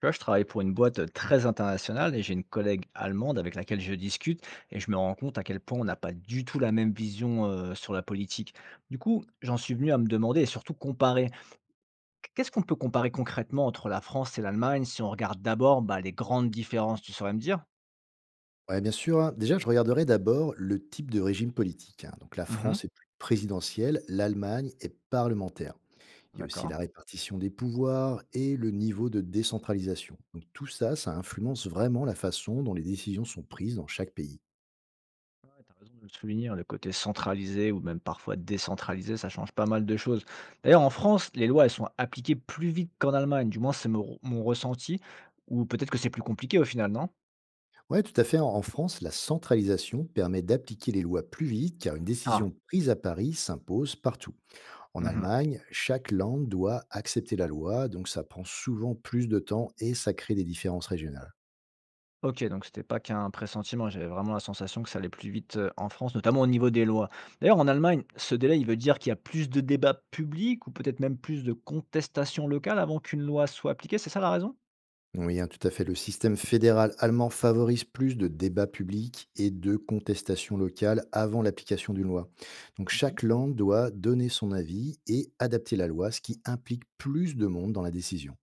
Tu vois, je travaille pour une boîte très internationale et j'ai une collègue allemande avec laquelle je discute et je me rends compte à quel point on n'a pas du tout la même vision sur la politique. Du coup, j'en suis venu à me demander et surtout comparer. Qu'est-ce qu'on peut comparer concrètement entre la France et l'Allemagne si on regarde d'abord bah, les grandes différences, tu saurais me dire? Ouais, bien sûr, hein. Déjà, je regarderai d'abord le type de régime politique, hein. Donc, la Mhm, France est plus présidentielle, l'Allemagne est parlementaire. Il y a aussi d'accord. la répartition des pouvoirs et le niveau de décentralisation. Donc, tout ça, ça influence vraiment la façon dont les décisions sont prises dans chaque pays. T'as raison de le souligner, hein, le côté centralisé ou même parfois décentralisé, ça change pas mal de choses. D'ailleurs, en France, les lois, elles sont appliquées plus vite qu'en Allemagne. Du moins, c'est mon ressenti. Ou peut-être que c'est plus compliqué au final, non? Ouais, tout à fait. En France, la centralisation permet d'appliquer les lois plus vite car une Ah, décision prise à Paris s'impose partout. En mhm. Allemagne, chaque land doit accepter la loi, donc ça prend souvent plus de temps et ça crée des différences régionales. Ok, donc c'était pas qu'un pressentiment. J'avais vraiment la sensation que ça allait plus vite en France, notamment au niveau des lois. D'ailleurs, en Allemagne, ce délai, il veut dire qu'il y a plus de débats publics ou peut-être même plus de contestations locales avant qu'une loi soit appliquée. C'est ça la raison? Oui, hein, tout à fait. Le système fédéral allemand favorise plus de débats publics et de contestations locales avant l'application d'une loi. Donc chaque land doit donner son avis et adapter la loi, ce qui implique plus de monde dans la décision.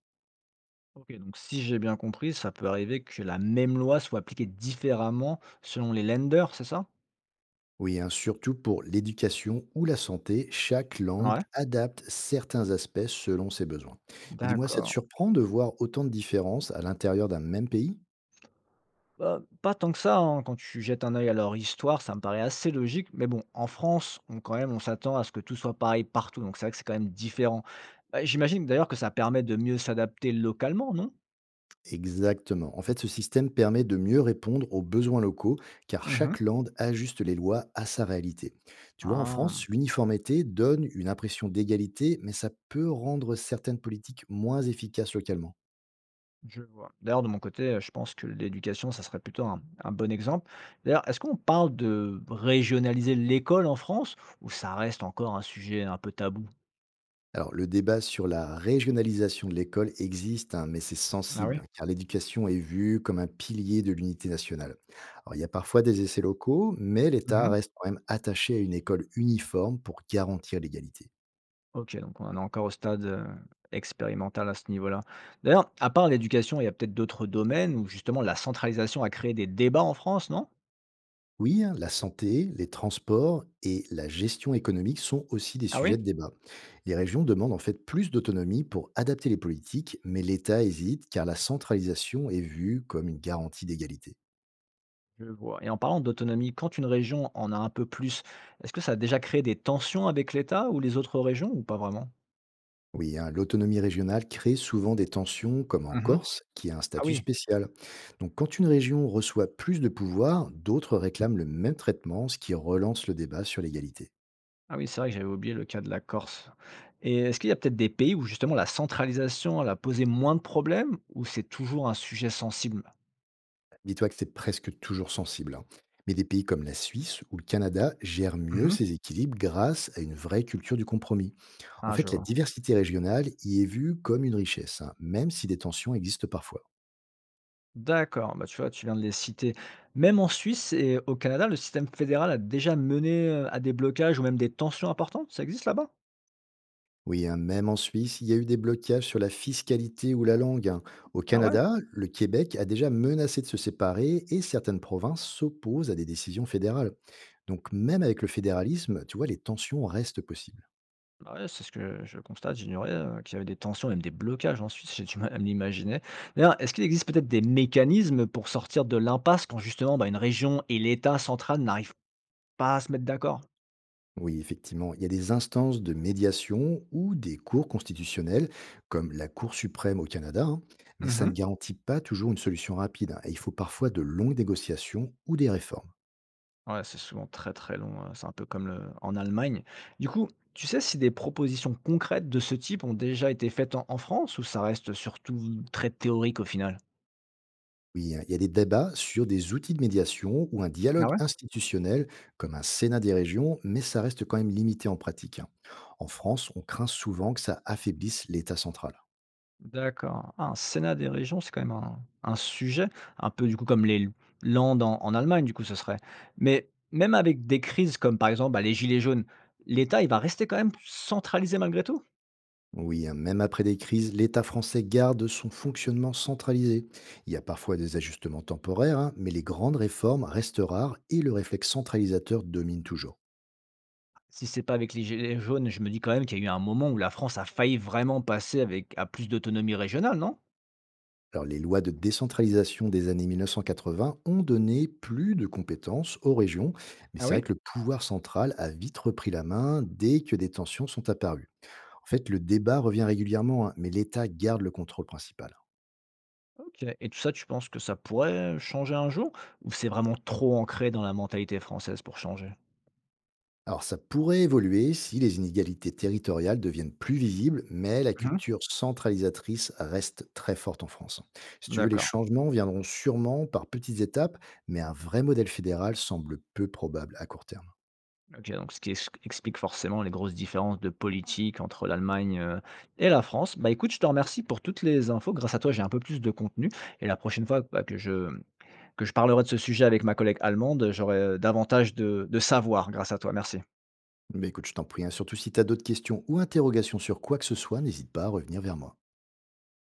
OK, donc si j'ai bien compris, ça peut arriver que la même loi soit appliquée différemment selon les lenders, c'est ça? Oui, hein, surtout pour l'éducation ou la santé, chaque land Ouais, adapte certains aspects selon ses besoins. Mais dis-moi, ça te d'accord. surprend de voir autant de différences à l'intérieur d'un même pays? Bah, pas tant que ça, hein, quand tu jettes un œil à leur histoire, ça me paraît assez logique. Mais bon, en France, on, quand même, on s'attend à ce que tout soit pareil partout, donc c'est vrai que c'est quand même différent. Bah, j'imagine d'ailleurs que ça permet de mieux s'adapter localement, non? Exactement. En fait, ce système permet de mieux répondre aux besoins locaux, car chaque Mhm. lande ajuste les lois à sa réalité. Tu vois, en France, Ah. l'uniformité donne une impression d'égalité, mais ça peut rendre certaines politiques moins efficaces localement. Je vois. D'ailleurs, de mon côté, je pense que l'éducation, ça serait plutôt un bon exemple. D'ailleurs, est-ce qu'on parle de régionaliser l'école en France ou ça reste encore un sujet un peu tabou? Alors, le débat sur la régionalisation de l'école existe, hein, mais c'est Ah sensible, oui? hein, car l'éducation est vue comme un pilier de l'unité nationale. Alors, il y a parfois des essais locaux, mais l'État Mmh. reste quand même attaché à une école uniforme pour garantir l'égalité. OK, donc on en est encore au stade, expérimental à ce niveau-là. D'ailleurs, à part l'éducation, il y a peut-être d'autres domaines où justement la centralisation a créé des débats en France, non? Oui, hein, la santé, les transports et la gestion économique sont aussi des Ah sujets oui? de débat. Les régions demandent en fait plus d'autonomie pour adapter les politiques, mais l'État hésite car la centralisation est vue comme une garantie d'égalité. Je vois. Et en parlant d'autonomie, quand une région en a un peu plus, est-ce que ça a déjà créé des tensions avec l'État ou les autres régions ou pas vraiment? Oui, hein, l'autonomie régionale crée souvent des tensions, comme en Mmh. Corse, qui a un Ah statut oui. spécial. Donc quand une région reçoit plus de pouvoir, d'autres réclament le même traitement, ce qui relance le débat sur l'égalité. Ah oui, c'est vrai que j'avais oublié le cas de la Corse. Et est-ce qu'il y a peut-être des pays où justement la centralisation, elle a posé moins de problèmes ou c'est toujours un sujet sensible? Dis-toi que c'est presque toujours sensible, hein. Mais des pays comme la Suisse ou le Canada gèrent mieux Mmh. ces équilibres grâce à une vraie culture du compromis. En Ah, je fait, la vois. diversité régionale y est vue comme une richesse, hein, même si des tensions existent parfois. D'accord, bah, tu vois, tu viens de les citer. Même en Suisse et au Canada, le système fédéral a déjà mené, à des blocages ou même des tensions importantes, ça existe là-bas? Oui, hein, même en Suisse, il y a eu des blocages sur la fiscalité ou la langue, hein. Au Ah ouais? Canada, le Québec a déjà menacé de se séparer et certaines provinces s'opposent à des décisions fédérales. Donc même avec le fédéralisme, tu vois, les tensions restent possibles. Ah ouais, c'est ce que je constate, j'ignorais, qu'il y avait des tensions, même des blocages en Suisse, j'ai du mal à me l'imaginer. D'ailleurs, est-ce qu'il existe peut-être des mécanismes pour sortir de l'impasse quand justement, bah, une région et l'État central n'arrivent pas à se mettre d'accord. Oui, effectivement, il y a des instances de médiation ou des cours constitutionnels, comme la Cour suprême au Canada, hein, mais ça ne Mmh. garantit pas toujours une solution rapide, hein, et il faut parfois de longues négociations ou des réformes. Ouais, c'est souvent très, très long, c'est un peu comme le en Allemagne. Du coup, tu sais si des propositions concrètes de ce type ont déjà été faites en France ou ça reste surtout très théorique au final? Oui, hein, il y a des débats sur des outils de médiation ou un Ah dialogue ouais? institutionnel, comme un Sénat des régions, mais ça reste quand même limité en pratique, hein. En France, on craint souvent que ça affaiblisse l'État central. D'accord. Ah, un sénat des régions, c'est quand même un sujet, un peu du coup comme les Landes en Allemagne du coup ce serait. Mais même avec des crises comme par exemple, bah, les gilets jaunes, l'État il va rester quand même centralisé malgré tout? Oui, hein, même après des crises, l'État français garde son fonctionnement centralisé. Il y a parfois des ajustements temporaires, hein, mais les grandes réformes restent rares et le réflexe centralisateur domine toujours. Si c'est pas avec les gilets jaunes, je me dis quand même qu'il y a eu un moment où la France a failli vraiment passer avec à plus d'autonomie régionale, non? Alors, les lois de décentralisation des années 1980 ont donné plus de compétences aux régions, mais Ah c'est vrai oui? que le pouvoir central a vite repris la main dès que des tensions sont apparues. En fait, le débat revient régulièrement, hein, mais l'État garde le contrôle principal. OK. Et tout ça, tu penses que ça pourrait changer un jour? Ou c'est vraiment trop ancré dans la mentalité française pour changer? Alors ça pourrait évoluer si les inégalités territoriales deviennent plus visibles, mais la Mmh. culture centralisatrice reste très forte en France. Si tu veux, les D'accord. changements viendront sûrement par petites étapes, mais un vrai modèle fédéral semble peu probable à court terme. OK, donc ce qui ex explique forcément les grosses différences de politique entre l'Allemagne, et la France. Bah, écoute, je te remercie pour toutes les infos. Grâce à toi, j'ai un peu plus de contenu et la prochaine fois, bah, que je parlerai de ce sujet avec ma collègue allemande, j'aurai, davantage de savoir grâce à toi. Merci. Mais écoute, je t'en prie, hein, surtout si tu as d'autres questions ou interrogations sur quoi que ce soit, n'hésite pas à revenir vers moi.